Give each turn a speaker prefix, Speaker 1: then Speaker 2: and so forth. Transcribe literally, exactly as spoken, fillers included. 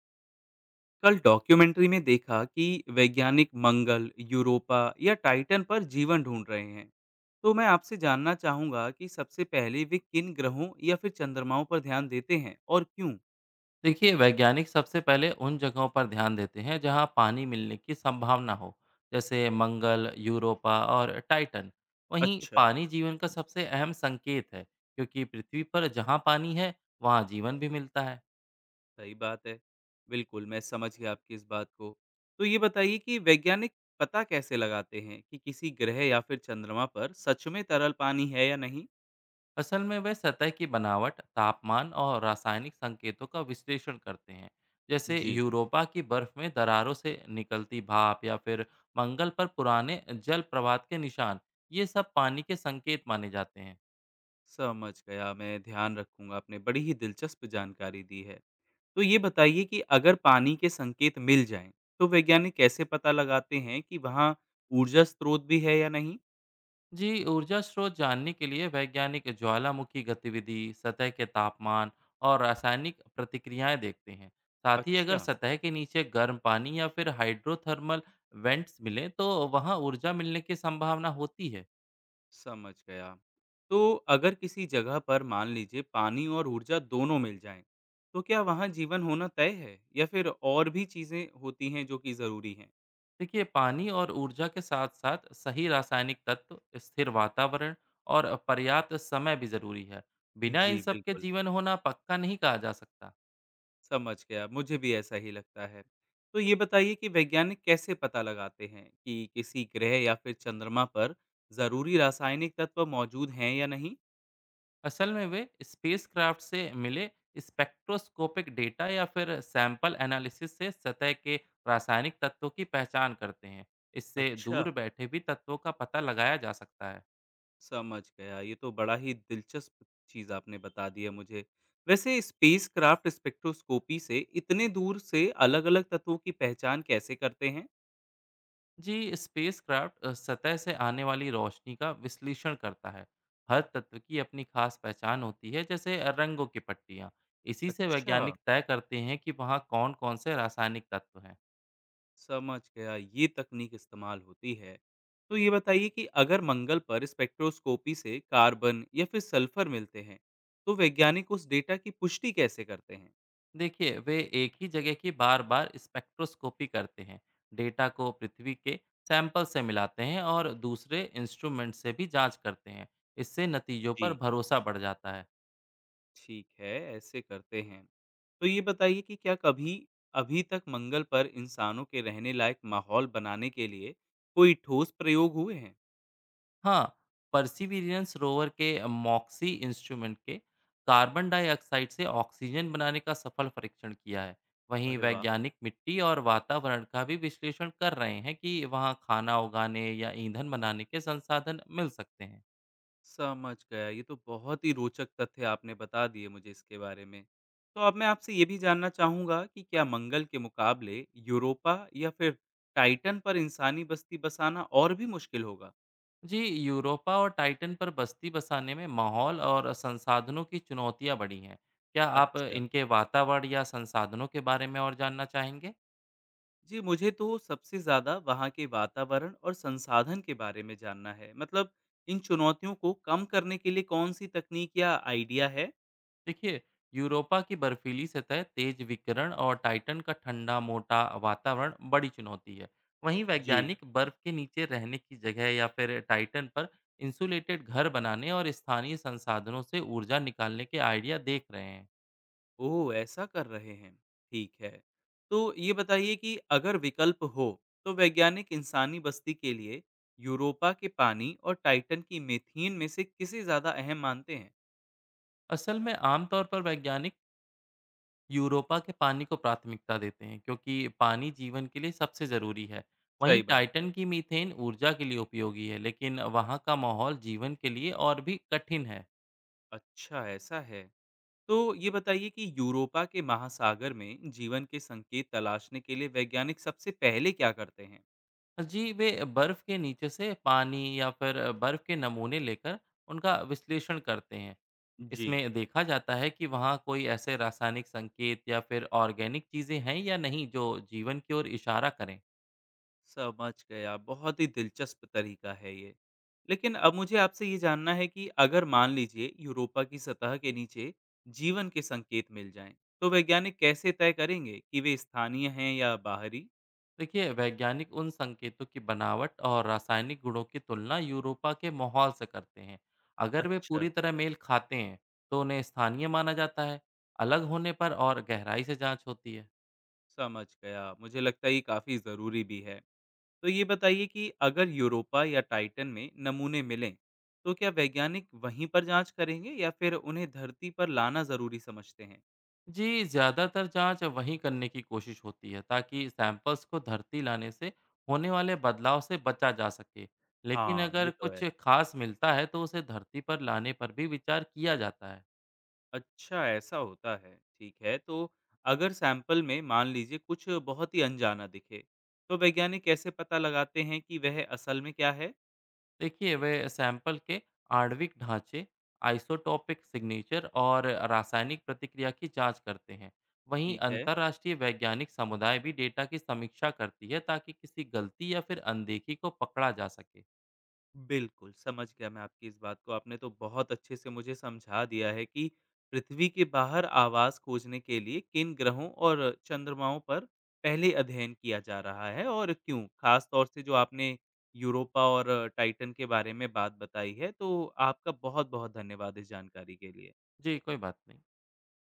Speaker 1: कल डॉक्यूमेंट्री में देखा कि वैज्ञानिक मंगल, यूरोपा या टाइटन पर जीवन ढूंढ रहे हैं। तो मैं आपसे जानना चाहूंगा कि सबसे पहले वे किन ग्रहों या फिर चंद्रमाओं पर ध्यान देते हैं और क्यों?
Speaker 2: देखिए वैज्ञानिक सबसे पहले उन जगहों पर ध्यान देते हैं जहां पानी मिलने की संभावना हो। जैसे मंगल, यूरोपा और टाइटन। वहीं
Speaker 1: अच्छा,
Speaker 2: पानी जीवन का सबसे अहम संकेत है, क्योंकि पृथ्वी पर जहां पानी है, वहां जीवन भी मिलता है।
Speaker 1: सही बात है। बिल्कुल, मैं समझ गया आपकी इस बात को। तो ये बताइए कि वैज्ञानिक पता कैसे लगाते हैं कि किसी ग्रह या फिर चंद्रमा पर सच में तरल पानी है या नहीं?
Speaker 2: असल में वे सतह की बनावट, तापमान और रासायनिक संकेतों का विश्लेषण करते हैं। जैसे
Speaker 1: जी,
Speaker 2: यूरोपा की बर्फ में दरारों से निकलती भाप या फिर मंगल पर पुराने जल प्रवाह के निशान। ये सब पानी के संकेत माने जाते हैं।
Speaker 1: समझ गया। मैं ध्यान रखूंगा। आपने बड़ी ही दिलचस्प जानकारी दी है। तो ये बताइए कि अगर पानी के संकेत मिल जाएं, तो वैज्ञानिक कैसे पता लगाते हैं कि वहाँ ऊर्जा स्रोत भी है या नहीं?
Speaker 2: जी, ऊर्जा स्रोत जानने के लिए वैज्ञानिक ज्वालामुखी गतिविधि, सतह के तापमान और रासायनिक प्रतिक्रियाएं देखते हैं। साथ ही अगर
Speaker 1: अच्छा,
Speaker 2: सतह के नीचे गर्म पानी या फिर हाइड्रोथर्मल वेंट्स मिले, तो वहां ऊर्जा मिलने की संभावना होती है।
Speaker 1: समझ गया। तो अगर किसी जगह पर मान लीजिए पानी और ऊर्जा दोनों मिल जाएं, तो क्या वहाँ जीवन होना तय है या फिर और भी चीजें होती हैं जो कि जरूरी हैं?
Speaker 2: देखिए, पानी और ऊर्जा के साथ साथ सही रासायनिक तत्व, स्थिर वातावरण और पर्याप्त समय भी जरूरी है। बिना इन
Speaker 1: जी,
Speaker 2: सब के
Speaker 1: बिल्कुल।
Speaker 2: जीवन होना पक्का नहीं कहा जा सकता।
Speaker 1: समझ गया, मुझे भी ऐसा ही लगता है। तो ये बताइए कि वैज्ञानिक कैसे पता लगाते हैं कि किसी ग्रह या फिर चंद्रमा पर ज़रूरी रासायनिक तत्व मौजूद हैं या नहीं?
Speaker 2: असल में वे स्पेसक्राफ्ट से मिले स्पेक्ट्रोस्कोपिक डेटा या फिर सैंपल एनालिसिस से सतह के रासायनिक तत्वों की पहचान करते हैं। इससे
Speaker 1: अच्छा,
Speaker 2: दूर बैठे भी तत्वों का पता लगाया जा सकता है।
Speaker 1: समझ गया। ये तो बड़ा ही दिलचस्प चीज़ आपने बता दी है मुझे। वैसे स्पेसक्राफ्ट स्पेक्ट्रोस्कोपी से इतने दूर से अलग-अलग तत्वों की पहचान कैसे करते हैं?
Speaker 2: जी, स्पेसक्राफ्ट अ, सतह से आने वाली रोशनी का विश्लेषण करता है। हर तत्व की अपनी खास पहचान होती है, जैसे रंगों की पट्टियाँ। इसी से
Speaker 1: अच्छा,
Speaker 2: वैज्ञानिक तय करते हैं कि वहाँ कौन कौन से रासायनिक तत्व हैं।
Speaker 1: समझ गया, ये तकनीक इस्तेमाल होती है। तो ये बताइए कि अगर मंगल पर स्पेक्ट्रोस्कोपी से कार्बन या फिर सल्फर मिलते हैं, तो वैज्ञानिक उस डेटा की पुष्टि कैसे करते हैं?
Speaker 2: देखिए, वे एक ही जगह की बार बार स्पेक्ट्रोस्कोपी करते हैं। डेटा को पृथ्वी के सैंपल से मिलाते हैं और दूसरे इंस्ट्रूमेंट से भी जांच करते हैं। इससे नतीजों पर
Speaker 1: जी,
Speaker 2: भरोसा बढ़ जाता है।
Speaker 1: ठीक है, ऐसे करते हैं। तो ये बताइए कि क्या कभी अभी तक मंगल पर इंसानों के रहने लायक माहौल बनाने के लिए कोई ठोस प्रयोग हुए हैं?
Speaker 2: हाँ, परसिवियरेंस रोवर के मॉक्सी इंस्ट्रूमेंट के कार्बन डाइऑक्साइड से ऑक्सीजन बनाने का सफल परीक्षण किया है। वहीं
Speaker 1: अरे वाह!
Speaker 2: वैज्ञानिक मिट्टी और वातावरण का भी विश्लेषण कर रहे हैं कि वहाँ खाना उगाने या ईंधन बनाने के संसाधन मिल सकते हैं।
Speaker 1: समझ गया। ये तो बहुत ही रोचक तथ्य आपने बता दिए मुझे इसके बारे में। तो अब मैं आपसे ये भी जानना चाहूँगा कि क्या मंगल के मुकाबले यूरोपा या फिर टाइटन पर इंसानी बस्ती बसाना और भी मुश्किल होगा?
Speaker 2: जी, यूरोपा और टाइटन पर बस्ती बसाने में माहौल और संसाधनों की चुनौतियां बढ़ी हैं। क्या आप
Speaker 1: अच्छा,
Speaker 2: इनके वातावरण या संसाधनों के बारे में और जानना चाहेंगे?
Speaker 1: जी, मुझे तो सबसे ज़्यादा वहाँ के वातावरण और संसाधन के बारे में जानना है। मतलब, इन चुनौतियों को कम करने के लिए कौन सी तकनीक या आइडिया है?
Speaker 2: देखिए, यूरोपा की बर्फीली सतह, तेज विकिरण और टाइटन का ठंडा मोटा वातावरण बड़ी चुनौती है। वहीं
Speaker 1: जी,
Speaker 2: वैज्ञानिक बर्फ के नीचे रहने की जगह या फिर टाइटन पर इंसुलेटेड घर बनाने और स्थानीय संसाधनों से ऊर्जा निकालने के आइडिया देख रहे हैं।
Speaker 1: ओह! ऐसा कर रहे हैं। ठीक है। तो ये बताइए कि अगर विकल्प हो, तो वैज्ञानिक इंसानी बस्ती के लिए यूरोपा के पानी और टाइटन की मीथेन में से किसे ज़्यादा अहम मानते हैं?
Speaker 2: असल में आमतौर पर वैज्ञानिक यूरोपा के पानी को प्राथमिकता देते हैं, क्योंकि पानी जीवन के लिए सबसे ज़रूरी है। वहीं
Speaker 1: सही बात है।
Speaker 2: टाइटन की मीथेन ऊर्जा के लिए उपयोगी है, लेकिन वहाँ का माहौल जीवन के लिए और भी कठिन है।
Speaker 1: अच्छा, ऐसा है। तो ये बताइए कि यूरोपा के महासागर में जीवन के संकेत तलाशने के लिए वैज्ञानिक सबसे पहले क्या करते हैं?
Speaker 2: जी, वे बर्फ़ के नीचे से पानी या फिर बर्फ़ के नमूने लेकर उनका विश्लेषण करते हैं।
Speaker 1: जी।
Speaker 2: इसमें देखा जाता है कि वहाँ कोई ऐसे रासायनिक संकेत या फिर ऑर्गेनिक चीज़ें हैं या नहीं जो जीवन की ओर इशारा करें।
Speaker 1: समझ गए आप, बहुत ही दिलचस्प तरीका है ये। लेकिन अब मुझे आपसे ये जानना है कि अगर मान लीजिए यूरोपा की सतह के नीचे जीवन के संकेत मिल जाएँ, तो वैज्ञानिक कैसे तय करेंगे कि वे स्थानीय हैं या बाहरी?
Speaker 2: देखिए, वैज्ञानिक उन संकेतों की बनावट और रासायनिक गुणों की तुलना यूरोपा के माहौल से करते हैं। अगर वे
Speaker 1: अच्छा,
Speaker 2: पूरी तरह मेल खाते हैं, तो उन्हें स्थानीय माना जाता है। अलग होने पर और गहराई से जांच होती है।
Speaker 1: समझ गया। मुझे लगता है ये काफ़ी ज़रूरी भी है। तो ये बताइए कि अगर यूरोपा या टाइटन में नमूने मिलें, तो क्या वैज्ञानिक वहीं पर जाँच करेंगे या फिर उन्हें धरती पर लाना ज़रूरी समझते हैं?
Speaker 2: जी, ज़्यादातर जांच वहीं करने की कोशिश होती है, ताकि सैंपल्स को धरती लाने से होने वाले बदलाव से बचा जा सके। लेकिन
Speaker 1: हाँ, ये
Speaker 2: अगर
Speaker 1: तो है।
Speaker 2: कुछ खास मिलता है, तो उसे धरती पर लाने पर भी विचार किया जाता है।
Speaker 1: अच्छा, ऐसा होता है। ठीक है, तो अगर सैंपल में मान लीजिए कुछ बहुत ही अनजाना दिखे, तो वैज्ञानिक कैसे पता लगाते हैं कि वह असल में क्या है?
Speaker 2: देखिए, वे सैंपल के आणविक ढांचे, आइसोटॉपिक सिग्नेचर और रासायनिक प्रतिक्रिया की जांच करते हैं। वहीं
Speaker 1: ठीक है,
Speaker 2: अंतर्राष्ट्रीय वैज्ञानिक समुदाय भी डेटा की समीक्षा करती है, ताकि किसी गलती या फिर अनदेखी को पकड़ा जा सके।
Speaker 1: बिल्कुल समझ गया मैं आपकी इस बात को। आपने तो बहुत अच्छे से मुझे समझा दिया है कि पृथ्वी के बाहर आवास खोजने के लिए किन ग्रहों और चंद्रमाओं पर पहले अध्ययन किया जा रहा है और क्यों, खास तौर से जो आपने यूरोपा और टाइटन के बारे में बात बताई है। तो आपका बहुत बहुत धन्यवाद इस जानकारी के लिए।
Speaker 2: जी, कोई बात नहीं।